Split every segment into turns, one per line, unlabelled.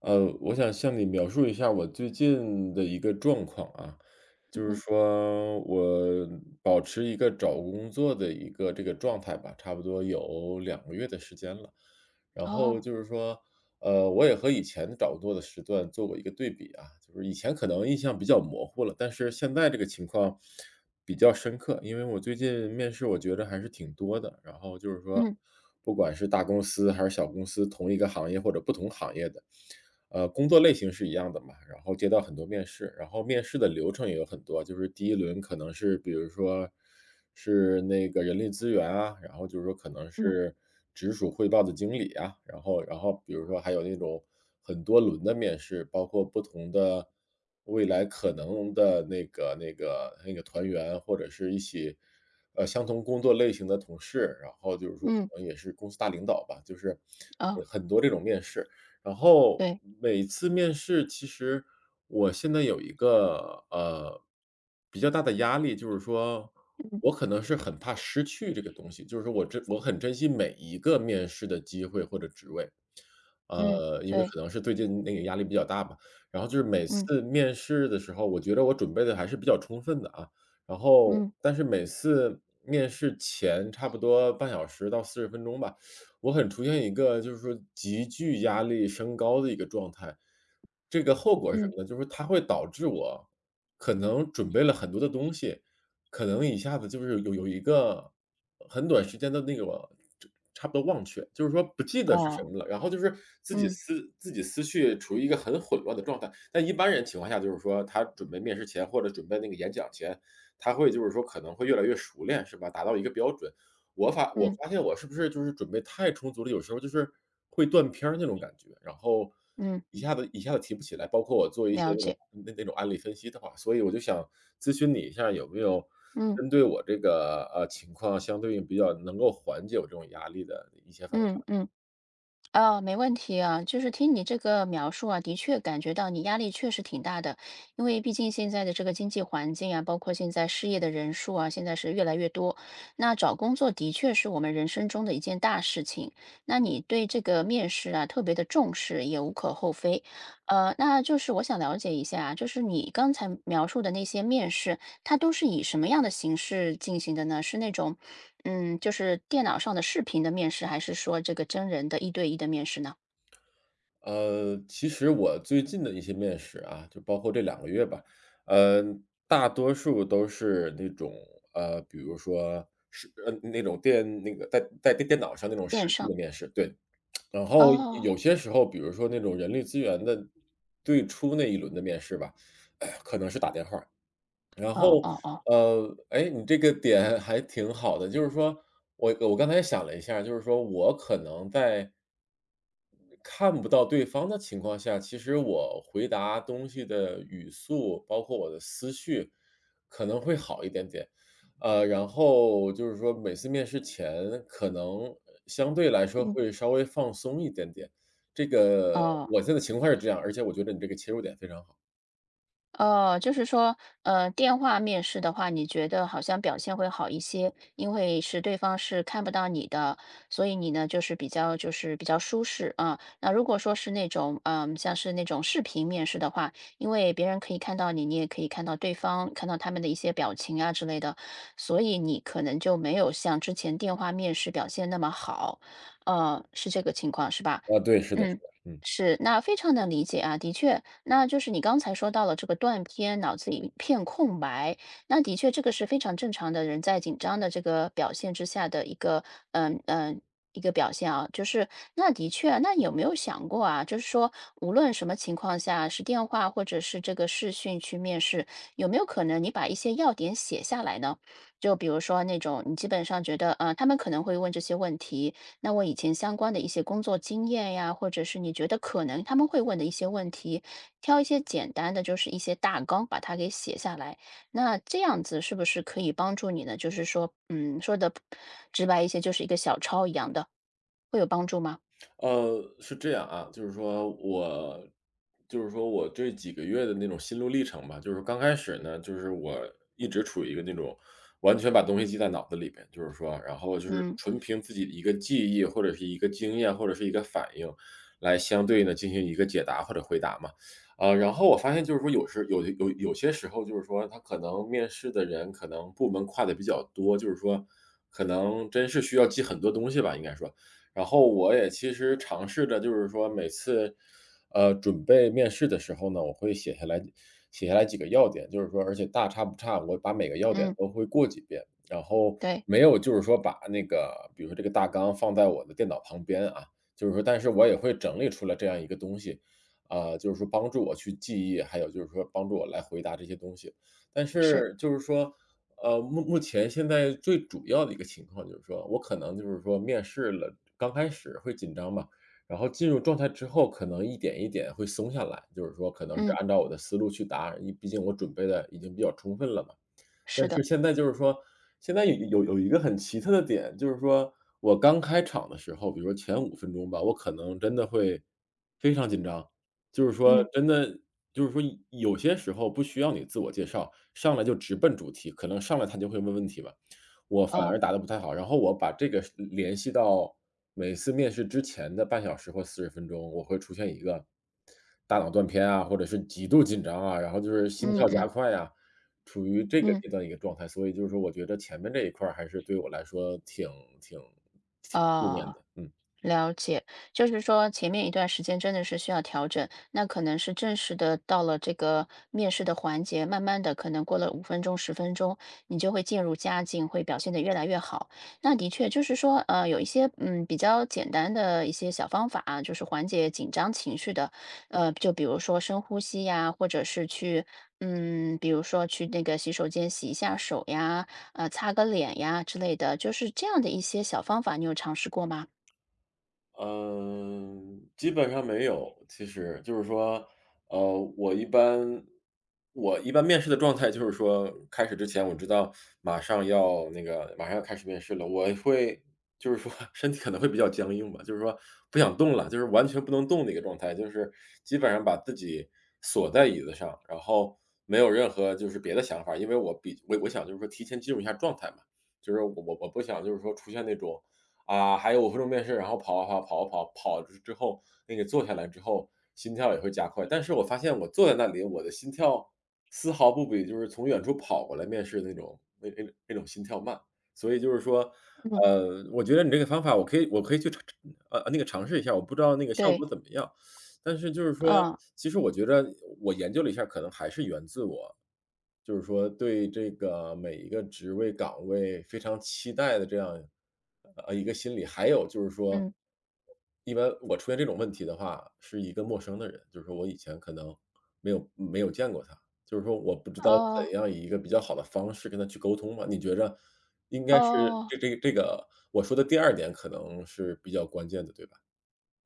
我想向你描述一下我最近的一个状况啊，就是
嗯，
说我保持一个找工作的一个这个状态吧，差不多有两个月的时间了。然后
哦，
就是说，我也和以前找工作的时段做过一个对比啊，就是以前可能印象比较模糊了，但是现在这个情况比较深刻，因为我最近面试我觉得还是挺多的，然后就是说，
嗯
不管是大公司还是小公司，同一个行业或者不同行业的。工作类型是一样的嘛，然后接到很多面试，然后面试的流程也有很多，就是第一轮可能是比如说是那个人力资源啊，然后就是说可能
嗯
是直属汇报的经理啊，然后比如说还有那种很多轮的面试，包括不同的未来可能的那个团员，或者是一起，相同工作类型的同事，然后就是说
嗯，
可能也是公司大领导吧，就是，
哦，
很多这种面试。然后
对，
每次面试，其实我现在有一个比较大的压力，就是说
嗯
我可能是很怕失去这个东西，就是说我很珍惜每一个面试的机会或者职位，
嗯，
因为
对，
可能是最近那个压力比较大吧。然后就是每次
嗯
面试的时候，我觉得我准备的还是比较充分的啊。然后，
嗯
但是每次面试前差不多半小时到四十分钟吧，我很出现一个就是说急剧压力升高的一个状态。这个后果是什
嗯，
么呢？就是它会导致我可能准备了很多的东西，可能一下子就是有一个很短时间的那个就差不多忘却，就是说不记得是什
哦，
么了，然后就是
嗯
自己思绪处于一个很混乱的状态。但一般人情况下，就是说他准备面试前或者准备那个演讲前，他会就是说可能会越来越熟练，是吧？达到一个标准。我
嗯
发现我是不是就是准备太充足了，有时候就是会断片儿那种感觉，然后
嗯，
一下子提不起来。包括我做一些
了
那种
解，
那那种案例分析的话，所以我就想咨询你一下，有没有
嗯
针对我这个，情况，相对应比较能够缓解我这种压力的一些方
嗯
法？
嗯。哦，没问题啊，就是听你这个描述啊，的确感觉到你压力确实挺大的，因为毕竟现在的这个经济环境啊，包括现在失业的人数啊，现在是越来越多。那找工作的确是我们人生中的一件大事情，那你对这个面试啊特别的重视，也无可厚非。那就是我想了解一下啊，就是你刚才描述的那些面试，它都是以什么样的形式进行的呢？是那种就是电脑上的视频的面试，还是说这个真人的一对一的面试呢？
其实我最近的一些面试啊，就包括这两个月吧，呃，大多数都是那种，比如说是那种电那个在在电电脑上那种
线
视讯
上，
的面试，对。然后
哦
有些时候，比如说那种人力资源的最初那一轮的面试吧，可能是打电话。然
哦
后，
哦哦，
哎，你这个点还挺好的，就是说我刚才想了一下，就是说我可能在看不到对方的情况下，其实我回答东西的语速，包括我的思绪可能会好一点点。然后就是说每次面试前可能相对来说
嗯，
会稍微放松一点点，这个
哦。
我现在情况是这样，而且我觉得你这个切入点非常好。
哦，就是说，电话面试的话，你觉得好像表现会好一些，因为是对方是看不到你的，所以你呢就是比较舒适啊。那如果说是那种，像是那种视频面试的话，因为别人可以看到你，你也可以看到对方，看到他们的一些表情啊之类的，所以你可能就没有像之前电话面试表现那么好，是这个情况是吧？
啊，对，是的，是
嗯。
的，嗯。
是，那非常能理解啊，的确，那就是你刚才说到了这个断片，脑子一片空白，那的确这个是非常正常的，人在紧张的这个表现之下的一个，嗯嗯。一个表现啊，就是那的确啊，那有没有想过啊？就是说，无论什么情况下，是电话或者是这个视讯去面试，有没有可能你把一些要点写下来呢？就比如说那种你基本上觉得，他们可能会问这些问题，那我以前相关的一些工作经验呀，或者是你觉得可能他们会问的一些问题，挑一些简单的，就是一些大纲，把它给写下来。那这样子是不是可以帮助你呢？就是说，说的直白一些，就是一个小抄一样的，会有帮助吗？
是这样啊，就是说我这几个月的那种心路历程吧，就是刚开始呢，就是我一直处于一个那种完全把东西记在脑子里边，就是说，然后就是
嗯
纯凭自己的一个记忆或者是一个经验或者是一个反应，来相对呢进行一个解答或者回答嘛。然后我发现就是说有些时候就是说他可能面试的人可能部门跨的比较多，就是说可能真是需要记很多东西吧，应该说。然后我也其实尝试着就是说每次，准备面试的时候呢，我会写下来几个要点，就是说而且大差不差，我把每个要点
嗯，
都会过几遍，然后
对，
没有就是说把那个比如说这个大纲放在我的电脑旁边啊，就是说但是我也会整理出来这样一个东西，啊，就是说帮助我去记忆，还有就是说帮助我来回答这些东西。但
是，
是就是说，目前现在最主要的一个情况就是说，我可能就是说面试了，刚开始会紧张嘛，然后进入状态之后，可能一点一点会松下来，就是说可能是
嗯，
按照我的思路去答，因为毕竟我准备的已经比较充分了嘛。
是
但
的，
是现在就是说，现在有一个很奇特的点，就是说我刚开场的时候，比如说前五分钟吧，我可能真的会非常紧张。就是说
嗯，
真的就是说有些时候不需要你自我介绍，上来就直奔主题，可能上来他就会问问题嘛，我反
哦，
而答得不太好。然后我把这个是联系到每次面试之前的半小时或四十分钟，我会出现一个大脑断片啊，或者是极度紧张啊，然后就是心
嗯
跳加
嗯
快啊。处于这个
嗯，
阶段的一个状态，所以就是说我觉得前面这一块儿还是对我来说挺负面
啊。
的，嗯。
了解，就是说前面一段时间真的是需要调整，那可能是正式的到了这个面试的环节，慢慢的可能过了5分钟、10分钟，你就会渐入佳境，会表现得越来越好。那的确就是说，有一些比较简单的一些小方法啊，就是缓解紧张情绪的，就比如说深呼吸呀，或者是去。嗯，比如说去那个洗手间洗一下手呀，擦个脸呀之类的，就是这样的一些小方法，你有尝试过吗？
嗯，基本上没有，其实就是说，呃，我一般我一般面试的状态就是说，开始之前我知道马上要开始面试了，我会就是说 身体可能会比较僵硬吧，就是说不想动了，就是完全不能动的一个状态，就是基本上把自己锁在椅子上，然后没有任何就是别的想法，因为我比我我想就是说提前进入一下状态嘛，就是我不想就是说出现那种啊，还有五分钟面试，然后跑啊跑，跑啊跑，之后，那个坐下来之后，心跳也会加快。但是我发现我坐在那里，我的心跳丝毫不比就是从远处跑过来面试那种心跳慢。所以就是说，
嗯。
我觉得你这个方法我可以去尝呃，那个尝试一下，我不知道那个效
对，
果怎么样。但是就是说，
嗯，
其实我觉着我研究了一下，可能还是源自我，就是说对这个每一个职位岗位非常期待的这样，一个心理。还有就是说，
嗯，
一般我出现这种问题的话，是一个陌生的人，就是说我以前可能没有见过他，就是说我不知道怎
哦，
样以一个比较好的方式跟他去沟通嘛。你觉着应该是
哦，
这个我说的第二点可能是比较关键的，对吧？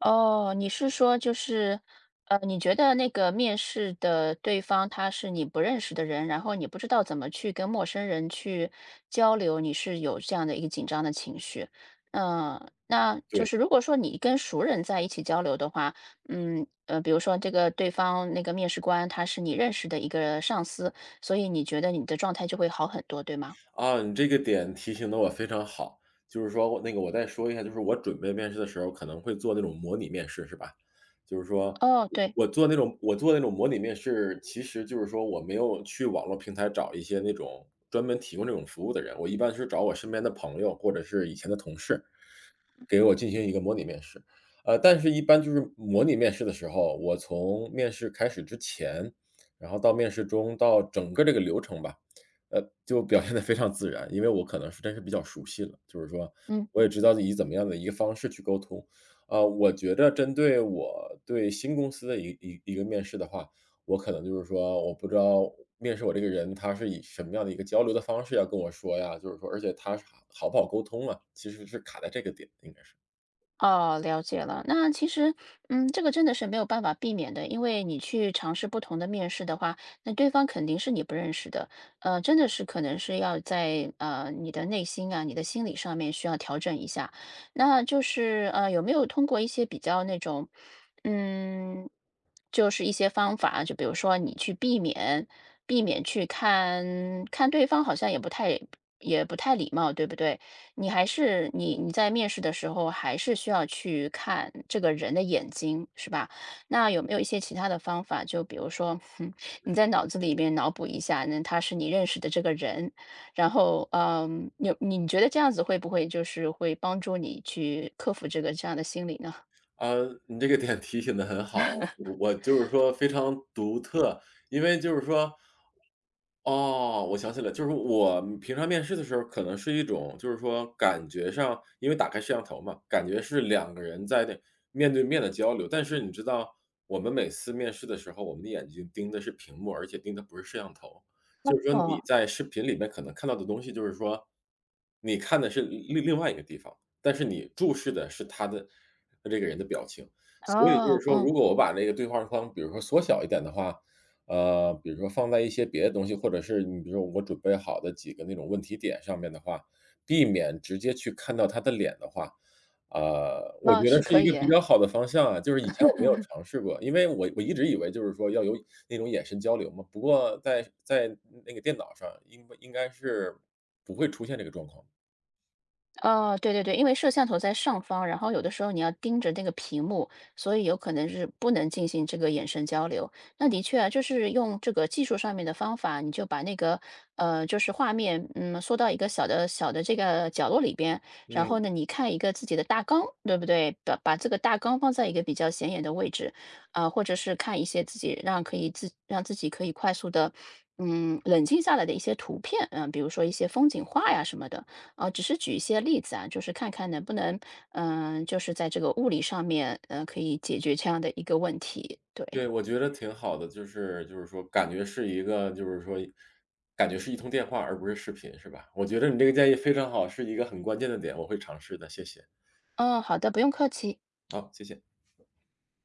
哦，你是说就是，你觉得那个面试的对方他是你不认识的人，然后你不知道怎么去跟陌生人去交流，你是有这样的一个紧张的情绪。嗯，那就
对。
是如果说你跟熟人在一起交流的话，嗯，比如说这个对方那个面试官他是你认识的一个上司，所以你觉得你的状态就会好很多，对吗？
啊，你这个点提醒的我非常好，就是说我那个我再说一下，就是我准备面试的时候可能会做那种模拟面试，是吧？就是说
哦，对，
我做那种模拟面试，其实就是说我没有去网络平台找一些那种专门提供这种服务的人，我一般是找我身边的朋友或者是以前的同事，给我进行一个模拟面试。但是一般就是模拟面试的时候，我从面试开始之前，然后到面试中，到整个这个流程吧，就表现得非常自然。因为我可能是真是比较熟悉了，就是说
嗯。
我也知道以怎么样的一个方式去沟通。啊，我觉得针对我对新公司的一个面试的话，我可能就是说，我不知道面试我这个人，他是以什么样的一个交流的方式要跟我说呀？就是说而且他是好不好沟通啊，其实是卡在这个点，应该是。
哦，了解了。那其实，这个真的是没有办法避免的，因为你去尝试不同的面试的话，那对方肯定是你不认识的，真的是可能是要在你的内心啊、你的心理上面需要调整一下。那就是有没有通过一些比较那种，嗯，就是一些方法，就比如说你去避免去看看对方，好像也不太礼貌，对不对？你还是你在面试的时候，还是需要去看这个人的眼睛，是吧？那有没有一些其他的方法？就比如说，你在脑子里边脑补一下，那他是你认识的这个人，然后，你觉得这样子会不会就是会帮助你去克服这个这样的心理呢？
啊，你这个点提醒的很好啊我就是说非常独特，因为就是说哦，我想起来，就是我平常面试的时候，可能是一种就是说感觉上，因为打开摄像头嘛，感觉是2个人在那面对面的交流。但是你知道，我们每次面试的时候，我们的眼睛盯的是屏幕，而且盯的不是摄像头。就是说你
哦
在视频里面可能看到的东西，就是说你看的是另外一个地方，但是你注视的是他的这个人的表情。所以就是
哦
说，如
哦，
果我把那个对话框，比如说缩小一点的话，比如说放在一些别的东西，或者是你比如说我准备好的几个那种问题点上面的话，避免直接去看到他的脸的话，我
那
觉得
是
是
可
一
以
个比
诶。
较好的方向啊。就是以前我没有尝试过，因为一直以为就是说要有那种眼神交流嘛，不过在那个电脑上应该是不会出现这个状况。
哦，对对对，因为摄像头在上方，然后有的时候你要盯着那个屏幕，所以有可能是不能进行这个眼神交流。那的确啊，就是用这个技术上面的方法，你就把那个就是画面，缩到一个小的这个角落里边，然后
嗯。
呢，你看一个自己的大纲，对不对？把这个大纲放在一个比较显眼的位置，啊、或者是看一些自己可以快速的。冷静下来的一些图片，比如说一些风景画呀什么的，啊，只是举一些例子啊，就是看看能不能，就是在这个物理上面，可以解决这样的一个问题。对，
对，我觉得挺好的，就是说感觉是一通电话，而不是视频，是吧？我觉得你这个建议非常好，是一个很关键的点，我会尝试的，谢谢。
嗯，好的，不用客气。
好，谢谢。